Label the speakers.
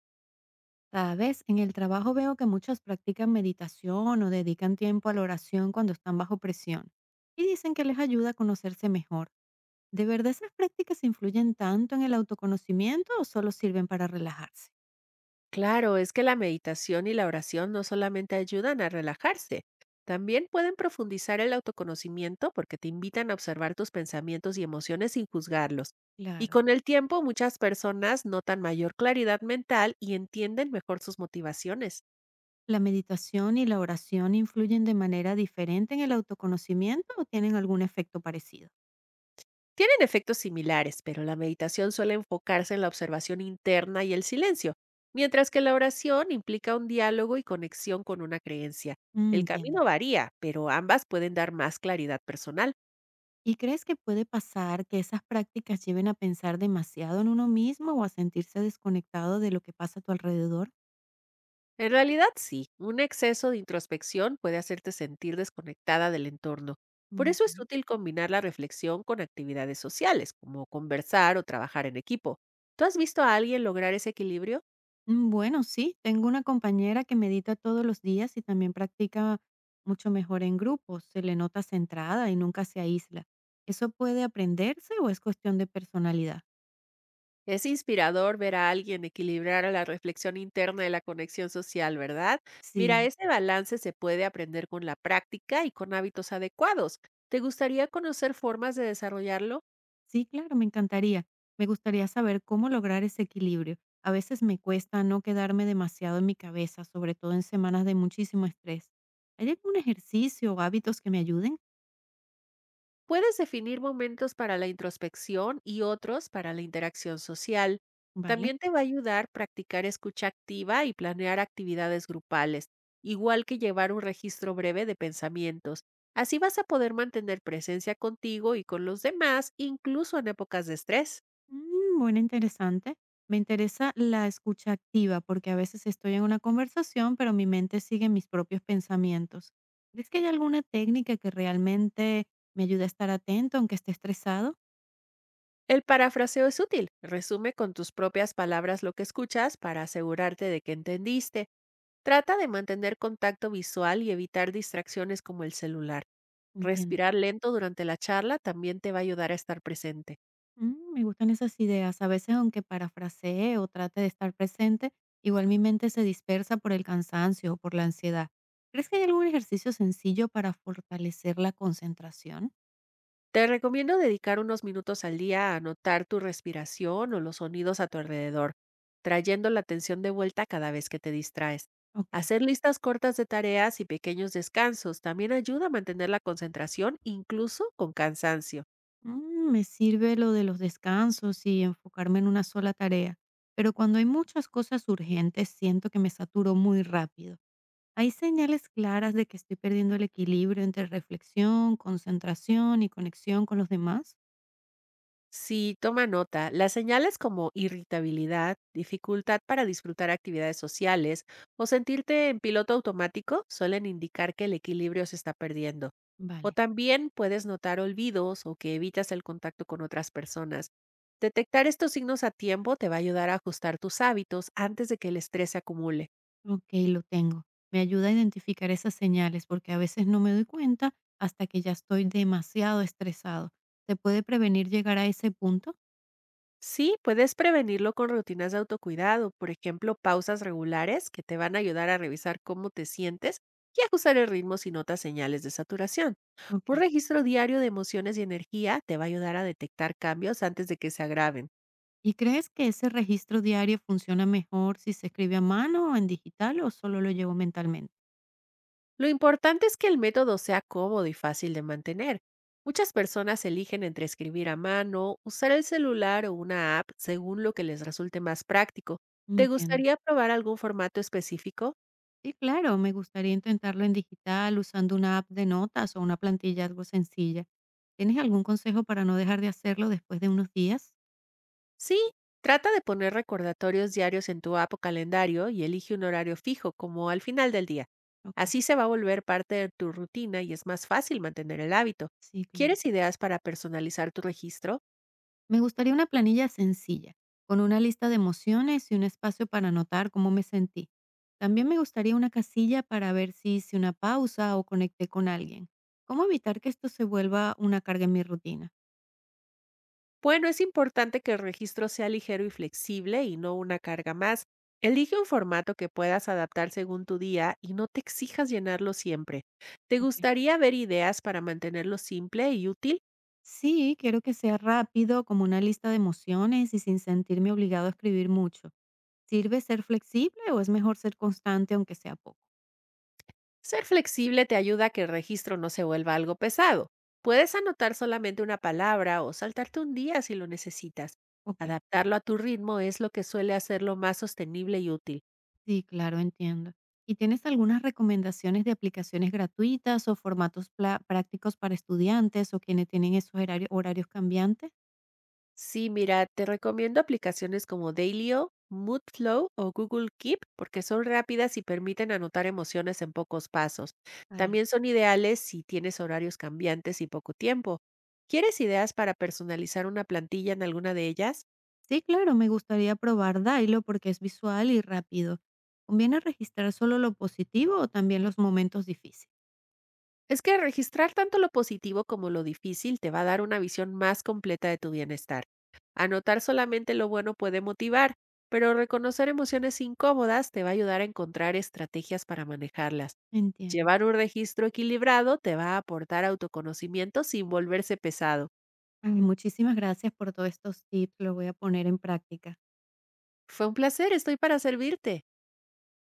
Speaker 1: Sabes, en el trabajo veo que muchos practican meditación o dedican tiempo a la oración cuando están bajo presión y dicen que les ayuda a conocerse mejor. ¿De verdad esas prácticas influyen tanto en el autoconocimiento o solo sirven para relajarse?
Speaker 2: Claro, es que la meditación y la oración no solamente ayudan a relajarse, también pueden profundizar el autoconocimiento porque te invitan a observar tus pensamientos y emociones sin juzgarlos. Y
Speaker 1: Claro.
Speaker 2: con el tiempo muchas personas notan mayor claridad mental y entienden mejor sus motivaciones.
Speaker 1: ¿La meditación y la oración influyen de manera diferente en el autoconocimiento o tienen algún efecto parecido?
Speaker 2: Tienen efectos similares, pero la meditación suele enfocarse en la observación interna y el silencio, mientras que la oración implica un diálogo y conexión con una creencia. El
Speaker 1: Entiendo.
Speaker 2: camino varía, pero ambas pueden dar más claridad personal.
Speaker 1: ¿Y crees que puede pasar que esas prácticas lleven a pensar demasiado en uno mismo o a sentirse desconectado de lo que pasa a tu alrededor?
Speaker 2: En realidad sí, un exceso de introspección puede hacerte sentir desconectada del entorno. Por eso es
Speaker 1: Ok.
Speaker 2: útil combinar la reflexión con actividades sociales, como conversar o trabajar en equipo. ¿Tú has visto a alguien lograr ese equilibrio?
Speaker 1: Bueno, sí, tengo una compañera que medita todos los días y también practica mucho mejor en grupo. Se le nota centrada y nunca se aísla. ¿Eso puede aprenderse o es cuestión de personalidad?
Speaker 2: Es inspirador ver a alguien equilibrar a la reflexión interna y la conexión social, ¿verdad? Mira,
Speaker 1: Sí,
Speaker 2: ese balance se puede aprender con la práctica y con hábitos adecuados. ¿Te gustaría conocer formas de desarrollarlo?
Speaker 1: sí, claro, me encantaría. Me gustaría saber cómo lograr ese equilibrio. A veces me cuesta no quedarme demasiado en mi cabeza, sobre todo en semanas de muchísimo estrés. ¿Hay algún ejercicio o hábitos que me ayuden?
Speaker 2: Puedes definir momentos para la introspección y otros para la interacción social.
Speaker 1: Vale.
Speaker 2: También te va a ayudar practicar escucha activa y planear actividades grupales, igual que llevar un registro breve de pensamientos. Así vas a poder mantener presencia contigo y con los demás, incluso en épocas de estrés.
Speaker 1: Bueno, interesante. Me interesa la escucha activa, porque a veces estoy en una conversación, pero mi mente sigue mis propios pensamientos. ¿Crees que hay alguna técnica que realmente me ayude a estar atento aunque esté estresado?
Speaker 2: El parafraseo es útil. Resume con tus propias palabras lo que escuchas para asegurarte de que entendiste. Trata de mantener contacto visual y evitar distracciones como el celular.
Speaker 1: Entiendo.
Speaker 2: Respirar lento durante la charla también te va a ayudar a estar presente.
Speaker 1: Me gustan esas ideas. A veces, aunque parafrasee o trate de estar presente, igual mi mente se dispersa por el cansancio o por la ansiedad. ¿Crees que hay algún ejercicio sencillo para fortalecer la concentración?
Speaker 2: Te recomiendo dedicar unos minutos al día a anotar tu respiración o los sonidos a tu alrededor, trayendo la atención de vuelta cada vez que te distraes.
Speaker 1: Ok.
Speaker 2: Hacer listas cortas de tareas y pequeños descansos también ayuda a mantener la concentración incluso con cansancio.
Speaker 1: Me sirve lo de los descansos y enfocarme en una sola tarea, pero cuando hay muchas cosas urgentes siento que me saturo muy rápido. ¿Hay señales claras de que estoy perdiendo el equilibrio entre reflexión, concentración y conexión con los demás?
Speaker 2: Sí, toma nota. Las señales como irritabilidad, dificultad para disfrutar actividades sociales o sentirte en piloto automático suelen indicar que el equilibrio se está perdiendo. O
Speaker 1: Vale,
Speaker 2: también puedes notar olvidos o que evitas el contacto con otras personas. Detectar estos signos a tiempo te va a ayudar a ajustar tus hábitos antes de que el estrés se acumule.
Speaker 1: ok, lo tengo. Me ayuda a identificar esas señales porque a veces no me doy cuenta hasta que ya estoy demasiado estresado. ¿Se puede prevenir llegar a ese punto?
Speaker 2: Sí, puedes prevenirlo con rutinas de autocuidado, por ejemplo, pausas regulares que te van a ayudar a revisar cómo te sientes y ajustar el ritmo si notas señales de saturación.
Speaker 1: Ok.
Speaker 2: Un registro diario de emociones y energía te va a ayudar a detectar cambios antes de que se agraven.
Speaker 1: ¿Y crees que ese registro diario funciona mejor si se escribe a mano o en digital o solo lo llevo mentalmente?
Speaker 2: Lo importante es que el método sea cómodo y fácil de mantener. Muchas personas eligen entre escribir a mano, usar el celular o una app según lo que les resulte más práctico. ¿Te
Speaker 1: Entiendo.
Speaker 2: gustaría probar algún formato específico?
Speaker 1: Sí, claro, me gustaría intentarlo en digital usando una app de notas o una plantilla algo sencilla. ¿Tienes algún consejo para no dejar de hacerlo después de unos días?
Speaker 2: Sí, trata de poner recordatorios diarios en tu app o calendario y elige un horario fijo, como al final del día.
Speaker 1: Ok,
Speaker 2: Así se va a volver parte de tu rutina y es más fácil mantener el hábito.
Speaker 1: sí, claro.
Speaker 2: ¿Quieres ideas para personalizar tu registro?
Speaker 1: Me gustaría una planilla sencilla, con una lista de emociones y un espacio para anotar cómo me sentí. También me gustaría una casilla para ver si hice una pausa o conecté con alguien. ¿Cómo evitar que esto se vuelva una carga en mi rutina?
Speaker 2: Bueno, es importante que el registro sea ligero y flexible y no una carga más. Elige un formato que puedas adaptar según tu día y no te exijas llenarlo siempre. ¿Te
Speaker 1: Ok.
Speaker 2: gustaría ver ideas para mantenerlo simple y útil?
Speaker 1: Sí, quiero que sea rápido, como una lista de emociones y sin sentirme obligado a escribir mucho. ¿Sirve ser flexible o es mejor ser constante aunque sea poco?
Speaker 2: Ser flexible te ayuda a que el registro no se vuelva algo pesado. Puedes anotar solamente una palabra o saltarte un día si lo necesitas.
Speaker 1: Ok.
Speaker 2: Adaptarlo a tu ritmo es lo que suele hacerlo más sostenible y útil.
Speaker 1: Sí, claro, entiendo. ¿Y tienes algunas recomendaciones de aplicaciones gratuitas o formatos prácticos para estudiantes o quienes tienen esos horarios cambiantes?
Speaker 2: Sí, mira, te recomiendo aplicaciones como Dailyo, Moodflow o Google Keep porque son rápidas y permiten anotar emociones en pocos pasos.
Speaker 1: Vale.
Speaker 2: También son ideales si tienes horarios cambiantes y poco tiempo. ¿Quieres ideas para personalizar una plantilla en alguna de ellas?
Speaker 1: Sí, claro, me gustaría probar Dailo porque es visual y rápido. ¿Conviene registrar solo lo positivo o también los momentos difíciles?
Speaker 2: Es que registrar tanto lo positivo como lo difícil te va a dar una visión más completa de tu bienestar. Anotar solamente lo bueno puede motivar, pero reconocer emociones incómodas te va a ayudar a encontrar estrategias para manejarlas.
Speaker 1: Entiendo.
Speaker 2: Llevar un registro equilibrado te va a aportar autoconocimiento sin volverse pesado.
Speaker 1: Ay, muchísimas gracias por todos estos tips. Lo voy a poner en práctica.
Speaker 2: Fue un placer, estoy para servirte.